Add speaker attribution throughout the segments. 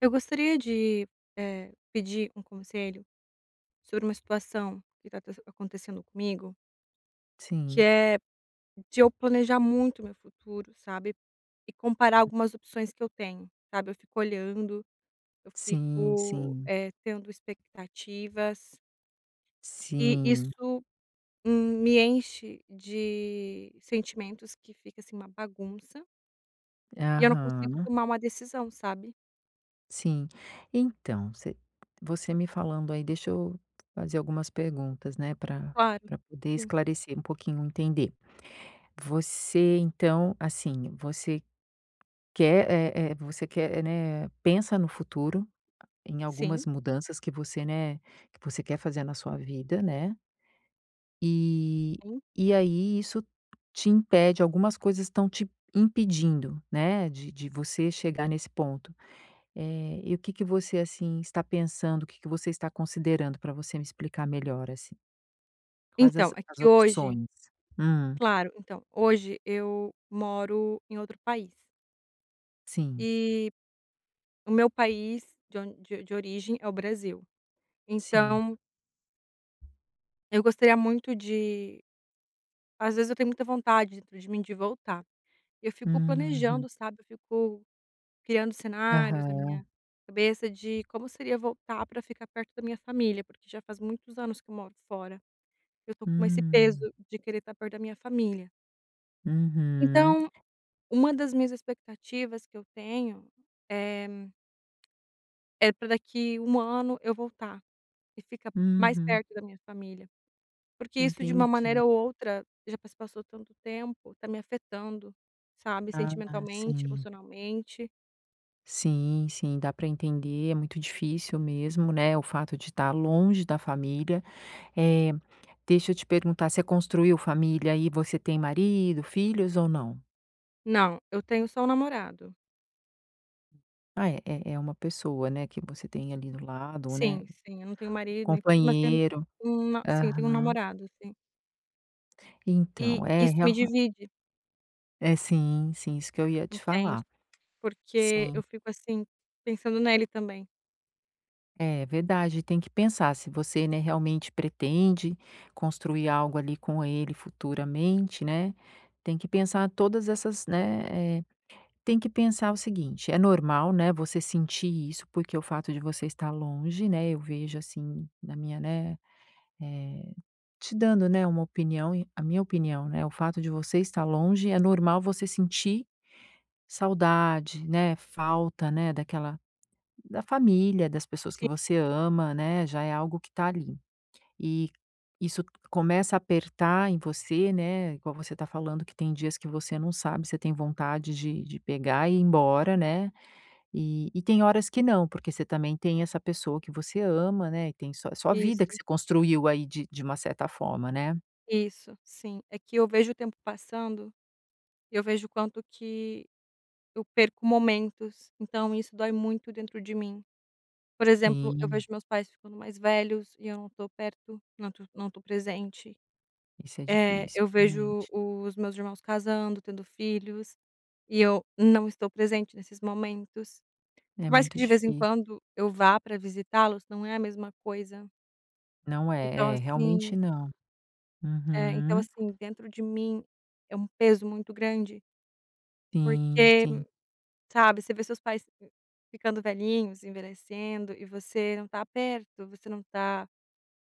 Speaker 1: Eu gostaria de pedir um conselho sobre uma situação que está acontecendo comigo, que
Speaker 2: Sim,
Speaker 1: é de eu planejar muito meu futuro, sabe, e comparar algumas opções que eu tenho, sabe. Eu fico olhando, eu
Speaker 2: sim,
Speaker 1: fico,
Speaker 2: sim,
Speaker 1: eh, tendo expectativas e
Speaker 2: sim.
Speaker 1: isso me enche de sentimentos que fica, assim, uma bagunça e eu não
Speaker 2: Aham,
Speaker 1: consigo tomar uma decisão, sabe.
Speaker 2: sim. Então, você me falando aí, deixa eu fazer algumas perguntas, né, para
Speaker 1: Claro.
Speaker 2: para poder
Speaker 1: Sim.
Speaker 2: esclarecer um pouquinho, entender. Você então, assim, você quer, você quer, né, pensa no futuro, em
Speaker 1: Sim,
Speaker 2: algumas mudanças que você, né, que você quer fazer na sua vida, né? E
Speaker 1: sim.
Speaker 2: e aí isso te impede, algumas coisas estão te impedindo, né, de você chegar nesse ponto. E o que que você, assim, está pensando, o que que você está considerando para você me explicar melhor, assim? Quais as
Speaker 1: Então, é
Speaker 2: as
Speaker 1: que hoje
Speaker 2: opções? Hum,
Speaker 1: então, hoje eu moro em outro país,
Speaker 2: sim,
Speaker 1: e o meu país de on de de origem é o Brasil.
Speaker 2: sim.
Speaker 1: Então, eu gostaria muito de. Às vezes eu tenho muita vontade dentro de mim de voltar. Eu fico
Speaker 2: Uhum.
Speaker 1: planejando, sabe, eu fico criando cenários na
Speaker 2: Aham.
Speaker 1: minha cabeça de como seria voltar para ficar perto da minha família, porque já faz muitos anos que eu moro fora. Eu tô com esse peso
Speaker 2: Hum.
Speaker 1: de querer estar perto da minha família.
Speaker 2: Uhum.
Speaker 1: Então, uma das minhas expectativas que eu tenho, eh, é para daqui 1 ano eu voltar e ficar mais
Speaker 2: Uhum.
Speaker 1: perto da minha família, porque isso de uma maneira ou
Speaker 2: Entendi.
Speaker 1: outra, já se passou tanto tempo, tá me afetando, sabe,
Speaker 2: Ah,
Speaker 1: sentimentalmente,
Speaker 2: sim.
Speaker 1: emocionalmente.
Speaker 2: Sim, sim, dá para entender, é muito difícil mesmo, né, o fato de estar longe da família. Eh, Deixa eu te perguntar, você construiu família e você tem marido, filhos ou não?
Speaker 1: Não, eu tenho só um namorado.
Speaker 2: Ah, é uma pessoa, né, que você tem ali do lado, né,
Speaker 1: Sim, sim, eu não tenho marido nem filhos, mas tenho
Speaker 2: companheiro.
Speaker 1: um na sim, eu tenho um
Speaker 2: Aham.
Speaker 1: namorado, sim. E
Speaker 2: Então, é
Speaker 1: isso me
Speaker 2: real
Speaker 1: divide,
Speaker 2: é sim, sim, isso que eu ia te
Speaker 1: entende,
Speaker 2: falar.
Speaker 1: porque
Speaker 2: Sim.
Speaker 1: eu fico assim, pensando nele também.
Speaker 2: É verdade, tem que pensar se você, né, realmente pretende construir algo ali com ele futuramente, né, tem que pensar todas essas, né, tem que pensar o seguinte, é normal, né, você sentir isso, porque o fato de você estar longe, né, eu vejo assim na minha, né, eh, te dando, né, uma opinião e a minha opinião, né, o fato de você estar longe é normal você sentir saudade, né, falta, né, daquela da família, das pessoas que
Speaker 1: Sim,
Speaker 2: você ama, né, já é algo que tá ali. E isso começa a apertar em você, né, igual você tá falando que tem dias que você não sabe, você tem vontade de pegar e ir embora, né, e tem horas que não, porque você também tem essa pessoa que você ama, né, e tem sua vida que
Speaker 1: isso.
Speaker 2: você construiu aí de uma certa forma, né.
Speaker 1: Isso, sim. É que eu vejo o tempo passando, e eu vejo o quanto que eu perco momentos, então isso dói muito dentro de mim. Por exemplo, eu
Speaker 2: Sim,
Speaker 1: vejo meus pais ficando mais velhos e eu não tô perto, não tô presente.
Speaker 2: isso é difícil,
Speaker 1: Eu vejo
Speaker 2: realmente.
Speaker 1: os meus irmãos casando, tendo filhos, e eu não estou presente nesses momentos.
Speaker 2: É
Speaker 1: Por mais que
Speaker 2: muito
Speaker 1: de vez em
Speaker 2: difícil.
Speaker 1: quando eu vá para visitá-los, não é a mesma coisa.
Speaker 2: Não
Speaker 1: Então
Speaker 2: é, é, realmente não. Uhum.
Speaker 1: assim, dentro de mim é um peso muito grande,
Speaker 2: Sim,
Speaker 1: porque,
Speaker 2: sim.
Speaker 1: sabe, você vê seus pais ficando velhinhos, envelhecendo e você não tá perto,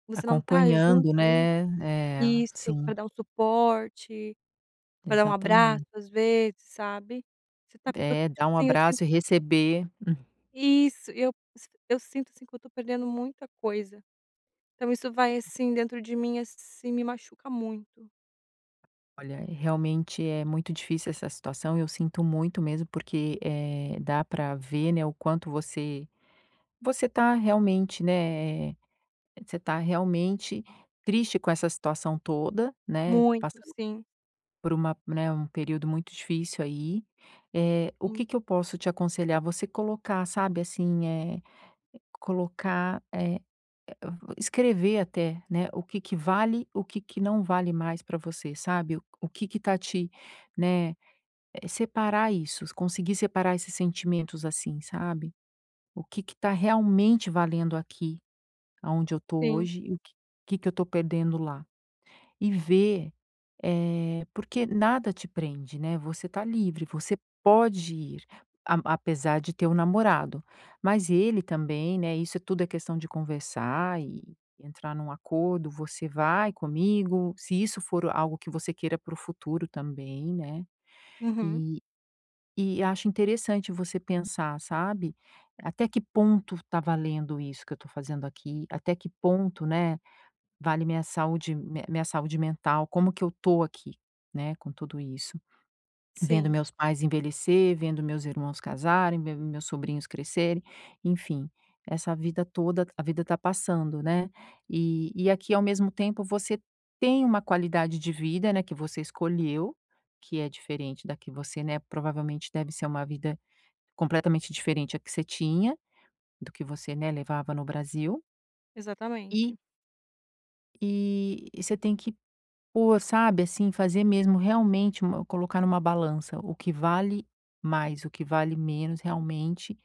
Speaker 1: você não tá junto
Speaker 2: Acompanhando,
Speaker 1: ali.
Speaker 2: né, é,
Speaker 1: Isso,
Speaker 2: sim,
Speaker 1: pra dar um suporte, pra dar um abraço
Speaker 2: exatamente.
Speaker 1: às vezes, sabe. Você tá eu
Speaker 2: É,
Speaker 1: tipo
Speaker 2: dar um
Speaker 1: assim, eu sinto
Speaker 2: abraço e receber. Hum.
Speaker 1: isso, e eu sinto, assim, que eu tô perdendo muita coisa. Então isso vai, assim, dentro de mim, assim, me machuca muito,
Speaker 2: Olha, realmente é muito difícil essa situação, eu sinto muito mesmo, porque, dá para ver, né, o quanto você tá realmente, né, você tá realmente triste com essa situação toda, né,
Speaker 1: muito,
Speaker 2: passando
Speaker 1: sim,
Speaker 2: por um período muito difícil aí. O
Speaker 1: sim,
Speaker 2: que que eu posso te aconselhar? Você colocar, sabe, assim, colocar, escrever até, né, o que que vale, o que que não vale mais para você, sabe? O que que tá te, né, separar isso, conseguir separar esses sentimentos, assim, sabe? O que que tá realmente valendo aqui, aonde eu tô
Speaker 1: sim.
Speaker 2: hoje e o que eu tô perdendo lá e ver, porque nada te prende, né, você tá livre, você pode ir, a apesar de ter o namorado, mas ele também, né, isso é tudo é questão de conversar e entrar num acordo, você vai comigo, se isso for algo que você queira para o futuro também, né,
Speaker 1: Uhum.
Speaker 2: e e acho interessante você pensar, sabe, até que ponto tá valendo isso que eu tô fazendo aqui, até que ponto, né, vale minha saúde mental, como que eu tô aqui, né, com tudo isso. Vendo
Speaker 1: Sim,
Speaker 2: meus pais envelhecer, vendo meus irmãos casarem, vendo meus sobrinhos crescerem, enfim, essa vida toda a vida tá passando, né. E aqui, ao mesmo tempo, você tem uma qualidade de vida, né, que você escolheu, que é diferente da que você, né, provavelmente deve ser uma vida completamente diferente a que você tinha, do que você, né, levava no Brasil. E
Speaker 1: exatamente.
Speaker 2: e você tem que Pô, sabe, assim, fazer mesmo realmente uma colocar numa balança o que vale mais, o que vale menos realmente,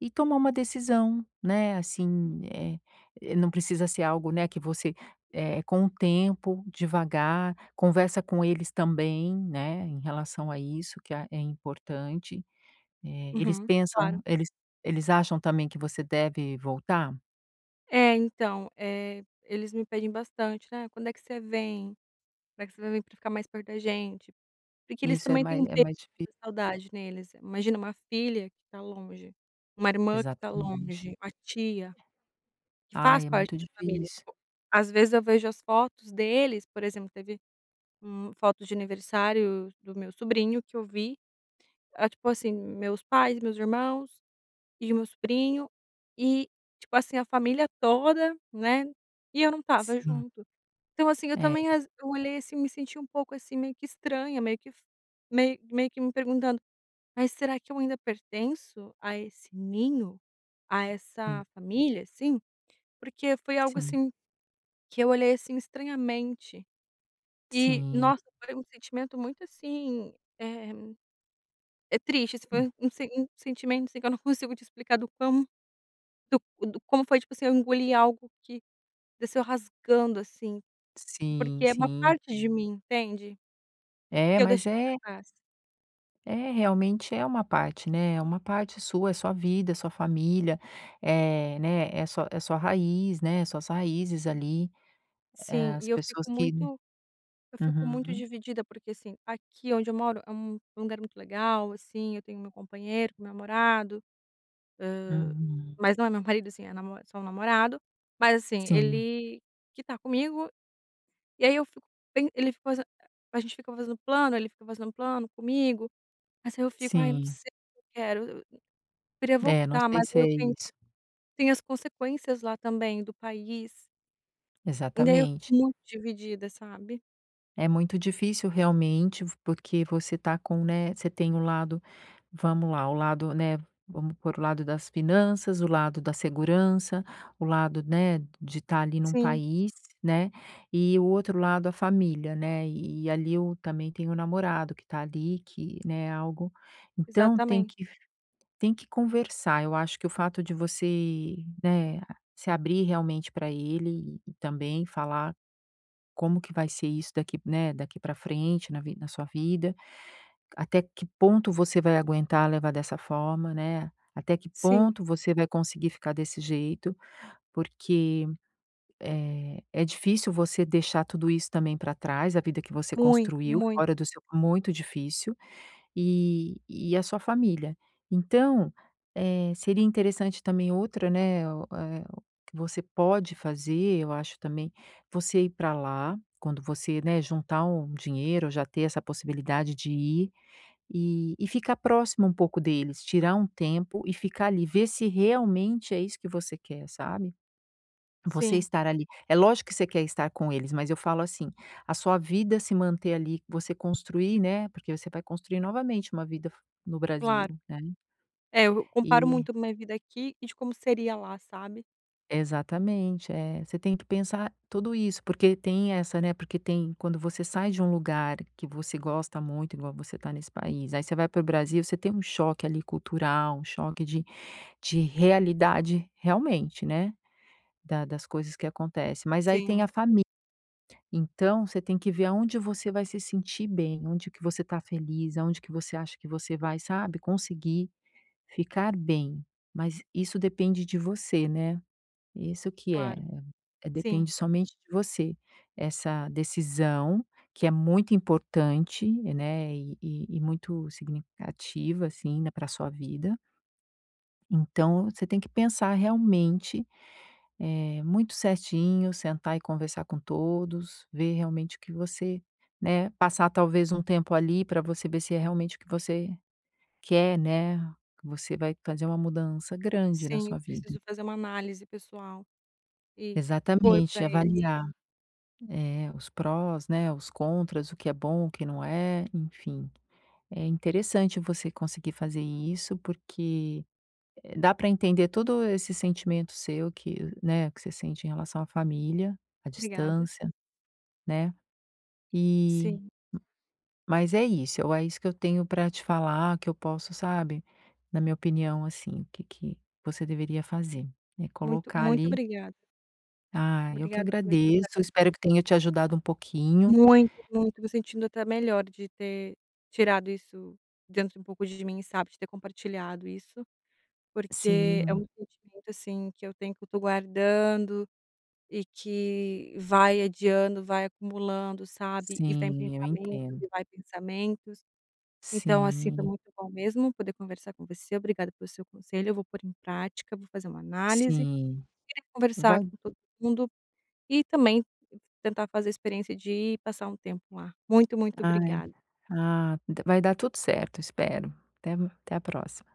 Speaker 2: e tomar uma decisão, né, assim, não precisa ser algo, né, que você, com o tempo, devagar, conversa com eles também, né, em relação a isso que a é importante. Eh, eles
Speaker 1: Uhum,
Speaker 2: pensam
Speaker 1: claro.
Speaker 2: eles eles acham também que você deve voltar?
Speaker 1: É, então, eles me pedem bastante, né: "Quando é que você vem? Quando é que você vai vir pra ficar mais perto da gente?" Porque eles também têm um
Speaker 2: É
Speaker 1: peso,
Speaker 2: mais
Speaker 1: né,
Speaker 2: difícil
Speaker 1: da saudade neles. Imagina uma filha que tá longe, uma irmã que tá
Speaker 2: exatamente.
Speaker 1: longe, uma tia que faz
Speaker 2: Ai, é
Speaker 1: parte
Speaker 2: muito
Speaker 1: da família.
Speaker 2: difícil.
Speaker 1: Tipo, às vezes eu vejo as fotos deles, por exemplo, teve fotos de aniversário do meu sobrinho que eu vi, ah, tipo assim, meus pais, meus irmãos e o meu sobrinho, e, tipo assim, a família toda, né, e eu não estava
Speaker 2: Sim,
Speaker 1: junto. Então, assim, eu
Speaker 2: é.
Speaker 1: também as eu olhei, assim, me senti um pouco, assim, meio que estranha, meio que me perguntando: "Mas será que eu ainda pertenço a esse ninho? A
Speaker 2: Hum,
Speaker 1: essa família, assim?" Porque foi algo,
Speaker 2: sim,
Speaker 1: assim, que eu olhei, assim, estranhamente. E,
Speaker 2: sim,
Speaker 1: nossa, foi um sentimento muito, assim, é triste, assim, foi
Speaker 2: é,
Speaker 1: um um sen um sentimento, assim, que eu não consigo te explicar do quão Do do como foi, tipo assim, eu engoli algo que desceu rasgando, assim,
Speaker 2: sim,
Speaker 1: porque é uma
Speaker 2: sim.
Speaker 1: parte de mim, entende?
Speaker 2: É,
Speaker 1: Que eu
Speaker 2: mas
Speaker 1: deixei pra
Speaker 2: é
Speaker 1: trás.
Speaker 2: é realmente é uma parte, né, é uma parte sua, é sua vida, é sua família, é né, é sua raiz, né, suas raízes ali,
Speaker 1: Sim,
Speaker 2: as
Speaker 1: e
Speaker 2: pessoas que né
Speaker 1: eu fico muito
Speaker 2: uhum,
Speaker 1: dividida, porque, assim, aqui onde eu moro é um lugar muito legal, assim, eu tenho meu companheiro, meu namorado,
Speaker 2: uhum.
Speaker 1: mas não é meu marido, assim, é namo é só um namorado, mas, assim,
Speaker 2: Sim,
Speaker 1: ele que tá comigo, e aí eu fico pen ele fica fazen a gente fica fazendo plano, ele fica fazendo plano comigo, mas aí eu fico: "Ai, não
Speaker 2: sim.
Speaker 1: sei se eu quero, eu queria
Speaker 2: É, não
Speaker 1: voltar",
Speaker 2: sei
Speaker 1: mas
Speaker 2: se
Speaker 1: aí
Speaker 2: é
Speaker 1: eu penso.
Speaker 2: isso.
Speaker 1: Tem as consequências lá também do país, e daí eu
Speaker 2: Exatamente.
Speaker 1: fico muito dividida, sabe.
Speaker 2: É muito difícil realmente, porque você tá com, né, você tem o lado, vamos lá, o lado, né, vamos por o lado das finanças, o lado da segurança, o lado, né, de estar ali num
Speaker 1: Sim,
Speaker 2: país, né, e o outro lado a família, né, e ali eu também tenho o namorado que tá ali, que, né, é algo então
Speaker 1: exatamente.
Speaker 2: tem que conversar, eu acho que o fato de você, né, se abrir realmente para ele e também falar como que vai ser isso daqui, né, daqui para frente na sua vida, até que ponto você vai aguentar levar dessa forma, né, até que
Speaker 1: Sim,
Speaker 2: ponto você vai conseguir ficar desse jeito, porque, é difícil você deixar tudo isso também para trás, a vida que você
Speaker 1: muito,
Speaker 2: construiu fora
Speaker 1: muito.
Speaker 2: do seu muito difícil. E a sua família. Então, seria interessante também outra, né, o que você pode fazer, eu acho também, você ir para lá, quando você, né, juntar um dinheiro, já ter essa possibilidade de ir, e ficar próximo um pouco deles, tirar um tempo e ficar ali, ver se realmente é isso que você quer, sabe? Você
Speaker 1: Sim,
Speaker 2: estar ali é lógico que você quer estar com eles, mas eu falo assim, a sua vida se manter ali, você construir, né, porque você vai construir novamente uma vida f no Brasil,
Speaker 1: claro.
Speaker 2: né.
Speaker 1: É, eu comparo
Speaker 2: E
Speaker 1: muito minha vida aqui e de como seria lá, sabe.
Speaker 2: exatamente, é. Você tem que pensar tudo isso, porque tem essa, né, porque tem quando você sai de um lugar que você gosta muito, igual você tá nesse país, aí você vai para o Brasil, você tem um choque ali cultural, um choque de realidade realmente, né, da das coisas que acontece, mas aí tem a
Speaker 1: Sim,
Speaker 2: família. Então, você tem que ver aonde você vai se sentir bem, onde que você está feliz, aonde que você acha que você vai, sabe, conseguir ficar bem. Mas isso depende de você, né. Isso que é,
Speaker 1: claro. Sim,
Speaker 2: depende somente de você. Essa decisão, que é muito importante, né, e muito significativa, assim, para pra sua vida. Então, você tem que pensar realmente muito certinho, sentar e conversar com todos, ver realmente o que você, né, passar talvez um tempo ali para você ver se é realmente o que você quer, né, que você vai fazer uma mudança grande na
Speaker 1: sim, eu
Speaker 2: sua vida.
Speaker 1: preciso fazer uma análise pessoal e expor
Speaker 2: Exatamente,
Speaker 1: para eles.
Speaker 2: avaliar, os prós, né, os contras, o que é bom, o que não é, enfim. É interessante você conseguir fazer isso, porque, dá para entender todo esse sentimento seu que, né, que você sente em relação à família, à
Speaker 1: Obrigada.
Speaker 2: distância, né? E
Speaker 1: Sim,
Speaker 2: mas é isso, eu é isso que eu tenho pra te falar, que eu posso, sabe, na minha opinião, assim, o que que você deveria fazer, é
Speaker 1: muito,
Speaker 2: colocar
Speaker 1: muito
Speaker 2: ali:
Speaker 1: obrigada.
Speaker 2: "Ah, eu que
Speaker 1: Obrigada por me escutar.
Speaker 2: agradeço, espero que tenha te ajudado um pouquinho".
Speaker 1: Muito, muito. Me sentindo até melhor de ter tirado isso dentro um pouco de mim, sabe, de ter compartilhado isso, porque é
Speaker 2: Sim,
Speaker 1: um sentimento, assim, que eu tenho que eu tô guardando e que vai adiando, vai acumulando, sabe, e vem
Speaker 2: sim, eu
Speaker 1: pensamentos
Speaker 2: entendo.
Speaker 1: e vai pensamentos. Então, assim, foi
Speaker 2: Sim,
Speaker 1: muito bom mesmo poder conversar com você. Obrigada pelo seu conselho. Eu vou pôr em prática, vou fazer uma análise,
Speaker 2: sim.
Speaker 1: queria conversar
Speaker 2: Vai
Speaker 1: com todo mundo. E também tentar fazer a experiência de passar um tempo lá. Muito, muito
Speaker 2: ai,
Speaker 1: obrigada.
Speaker 2: ah, vai dar tudo certo, espero. Até a próxima.